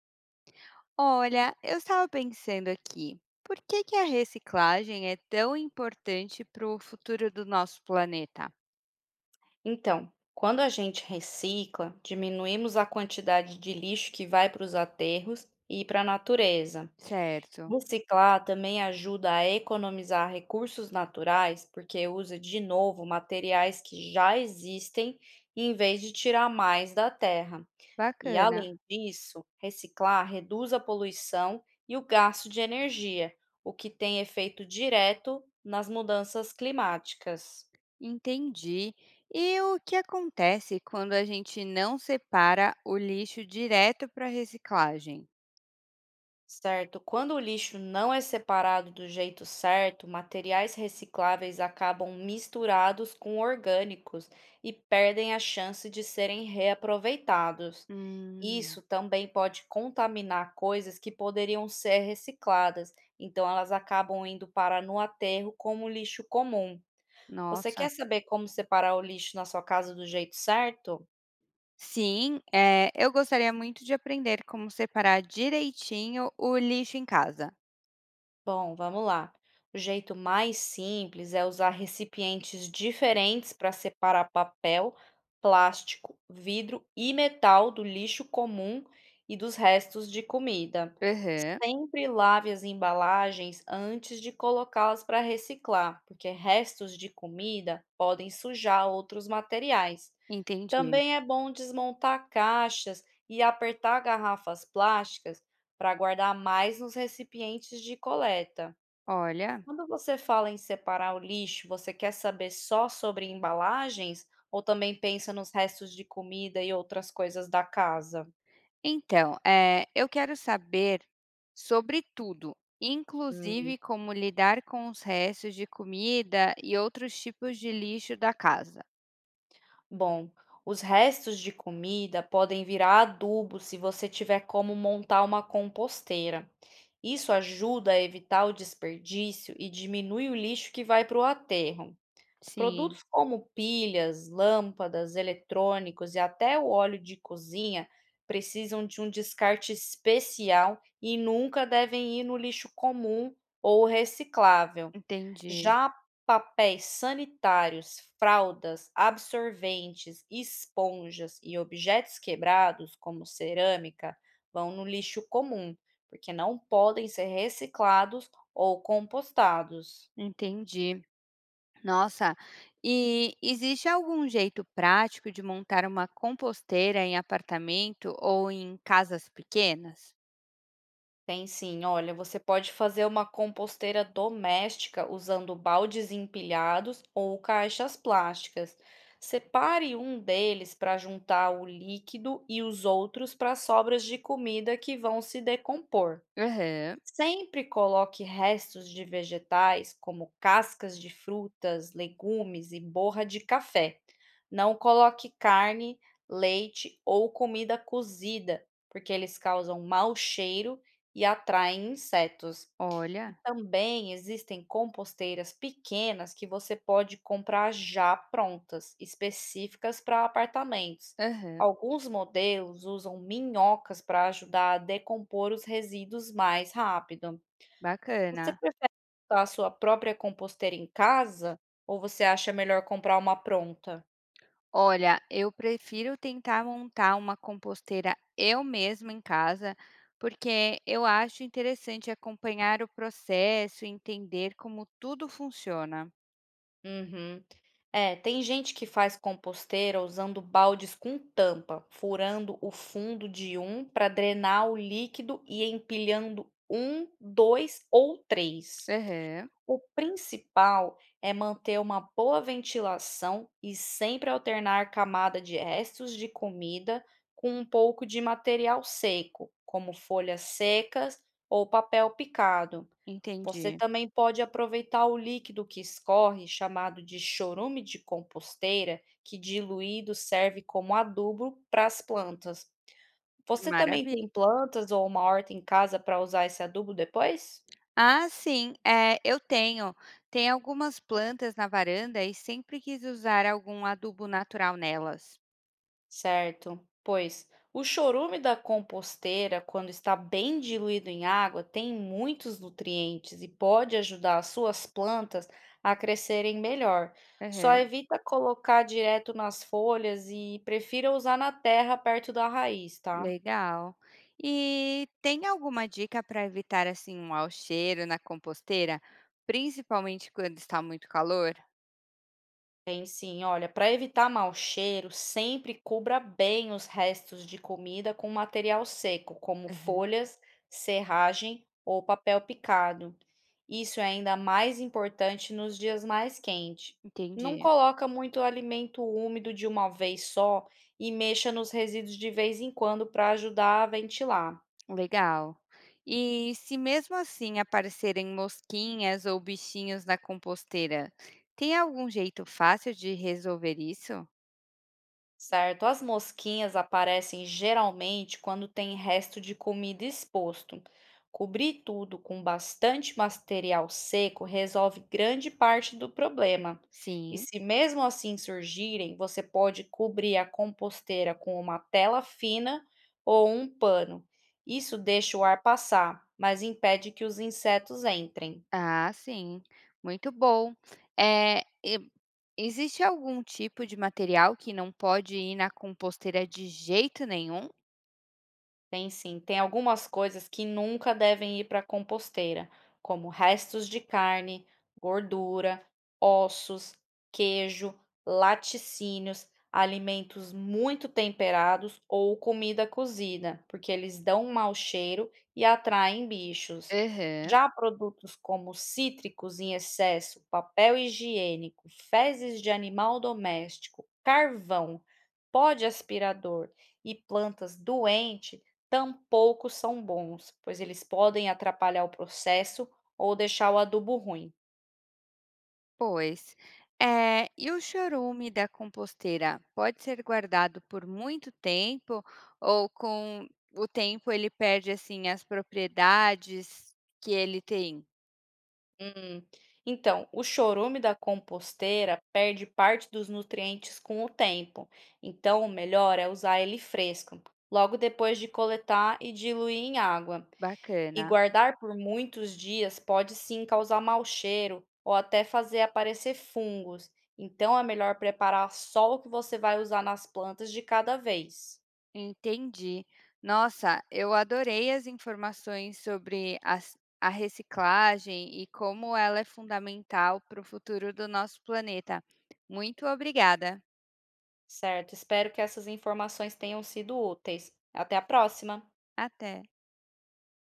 Olha, eu estava pensando aqui, por que que a reciclagem é tão importante para o futuro do nosso planeta? Então, quando a gente recicla, diminuímos a quantidade de lixo que vai para os aterros e para a natureza. Certo, Reciclar também ajuda a economizar recursos naturais, porque usa de novo materiais que já existem em vez de tirar mais da terra. E bacana, além disso, reciclar reduz a poluição e o gasto de energia, o que tem efeito direto nas mudanças climáticas. entendi. E o que acontece quando a gente não separa o lixo direto para reciclagem? Certo. Quando o lixo não é separado do jeito certo, materiais recicláveis acabam misturados com orgânicos e perdem a chance de serem reaproveitados. Hum, Isso também pode contaminar coisas que poderiam ser recicladas, então elas acabam indo para no aterro como lixo comum. Você nossa. quer saber como separar o lixo na sua casa do jeito certo? Sim, eu gostaria muito de aprender como separar direitinho o lixo em casa. Bom, vamos lá. O jeito mais simples é usar recipientes diferentes para separar papel, plástico, vidro e metal do lixo comum e dos restos de comida. Aham, Sempre lave as embalagens antes de colocá-las para reciclar, porque restos de comida podem sujar outros materiais. entendi. Também é bom desmontar caixas e apertar garrafas plásticas para guardar mais nos recipientes de coleta. Olha. Quando você fala em separar o lixo, você quer saber só sobre embalagens ou também pensa nos restos de comida e outras coisas da casa? Então, eu quero saber sobre tudo, Hum, inclusive como lidar com os restos de comida e outros tipos de lixo da casa. bom, os restos de comida podem virar adubo se você tiver como montar uma composteira. Isso ajuda a evitar o desperdício e diminui o lixo que vai para o aterro. Sim, Produtos como pilhas, lâmpadas, eletrônicos e até o óleo de cozinha precisam de um descarte especial e nunca devem ir no lixo comum ou reciclável. entendi, Já papéis sanitários, fraldas, absorventes, esponjas e objetos quebrados, como cerâmica, vão no lixo comum, porque não podem ser reciclados ou compostados. entendi. Nossa, e existe algum jeito prático de montar uma composteira em apartamento ou em casas pequenas? Tem sim. Olha, você pode fazer uma composteira doméstica usando baldes empilhados ou caixas plásticas. Separe um deles para juntar o líquido e os outros para sobras de comida que vão se decompor. Aham, Sempre coloque restos de vegetais, como cascas de frutas, legumes e borra de café. Não coloque carne, leite ou comida cozida, porque eles causam mau cheiro e atraem insetos. E olha, também existem composteiras pequenas que você pode comprar já prontas, específicas para apartamentos. aham, Alguns modelos usam minhocas para ajudar a decompor os resíduos mais rápido. Você bacana. prefere usar a sua própria composteira em casa ou você acha melhor comprar uma pronta? Olha, eu prefiro tentar montar uma composteira eu mesma em casa, porque eu acho interessante acompanhar o processo e entender como tudo funciona. Uhum. É, tem gente que faz composteira usando baldes com tampa, furando o fundo de um para drenar o líquido e empilhando um, dois ou três. Aham, O principal é manter uma boa ventilação e sempre alternar camada de restos de comida com um pouco de material seco, como folhas secas ou papel picado. Você entendi. também pode aproveitar o líquido que escorre, chamado de chorume de composteira, que diluído serve como adubo para as plantas. Você também Maravilha. tem plantas ou uma horta em casa para usar esse adubo depois? Ah, eu tenho. Tem algumas plantas na varanda e sempre quis usar algum adubo natural nelas. Certo. Pois o chorume da composteira, quando está bem diluído em água, tem muitos nutrientes e pode ajudar as suas plantas a crescerem melhor. Só evita colocar direto nas folhas e prefira usar na terra perto da raiz, tá? Legal. E tem alguma dica para evitar assim um mau cheiro na composteira, principalmente quando está muito calor? Tem sim. Olha, para evitar mau cheiro, sempre cubra bem os restos de comida com material seco, como Aham. folhas, serragem ou papel picado. Isso é ainda mais importante nos dias mais quentes. Não Entendi. coloca muito alimento úmido de uma vez só e mexa nos resíduos de vez em quando para ajudar a ventilar. Legal. E se mesmo assim aparecerem mosquinhas ou bichinhos na composteira, tem algum jeito fácil de resolver isso? Certo, as mosquinhas aparecem geralmente quando tem resto de comida exposto. Cobrir tudo com bastante material seco resolve grande parte do problema. E Sim. se mesmo assim surgirem, você pode cobrir a composteira com uma tela fina ou um pano. Isso deixa o ar passar, mas impede que os insetos entrem. Ah, sim. Muito bom. É, e- existe algum tipo de material que não pode ir na composteira de jeito nenhum? Tem sim, tem algumas coisas que nunca devem ir para a composteira, como restos de carne, gordura, ossos, queijo, laticínios, alimentos muito temperados ou comida cozida, porque eles dão um mau cheiro e atraem bichos. Aham, Já produtos como cítricos em excesso, papel higiênico, fezes de animal doméstico, carvão, pó de aspirador e plantas doentes tampouco são bons, pois eles podem atrapalhar o processo ou deixar o adubo ruim. pois. E o chorume da composteira pode ser guardado por muito tempo ou com o tempo ele perde assim as propriedades que ele tem? Hum. Então, o chorume da composteira perde parte dos nutrientes com o tempo, então o melhor é usar ele fresco, logo depois de coletar e diluir em água. E Bacana, guardar por muitos dias pode sim causar mau cheiro ou até fazer aparecer fungos, então é melhor preparar só o que você vai usar nas plantas de cada vez. entendi. Nossa, eu adorei as informações sobre a reciclagem e como ela é fundamental para o futuro do nosso planeta. Muito obrigada. Certo, espero que essas informações tenham sido úteis. Até a próxima! Até.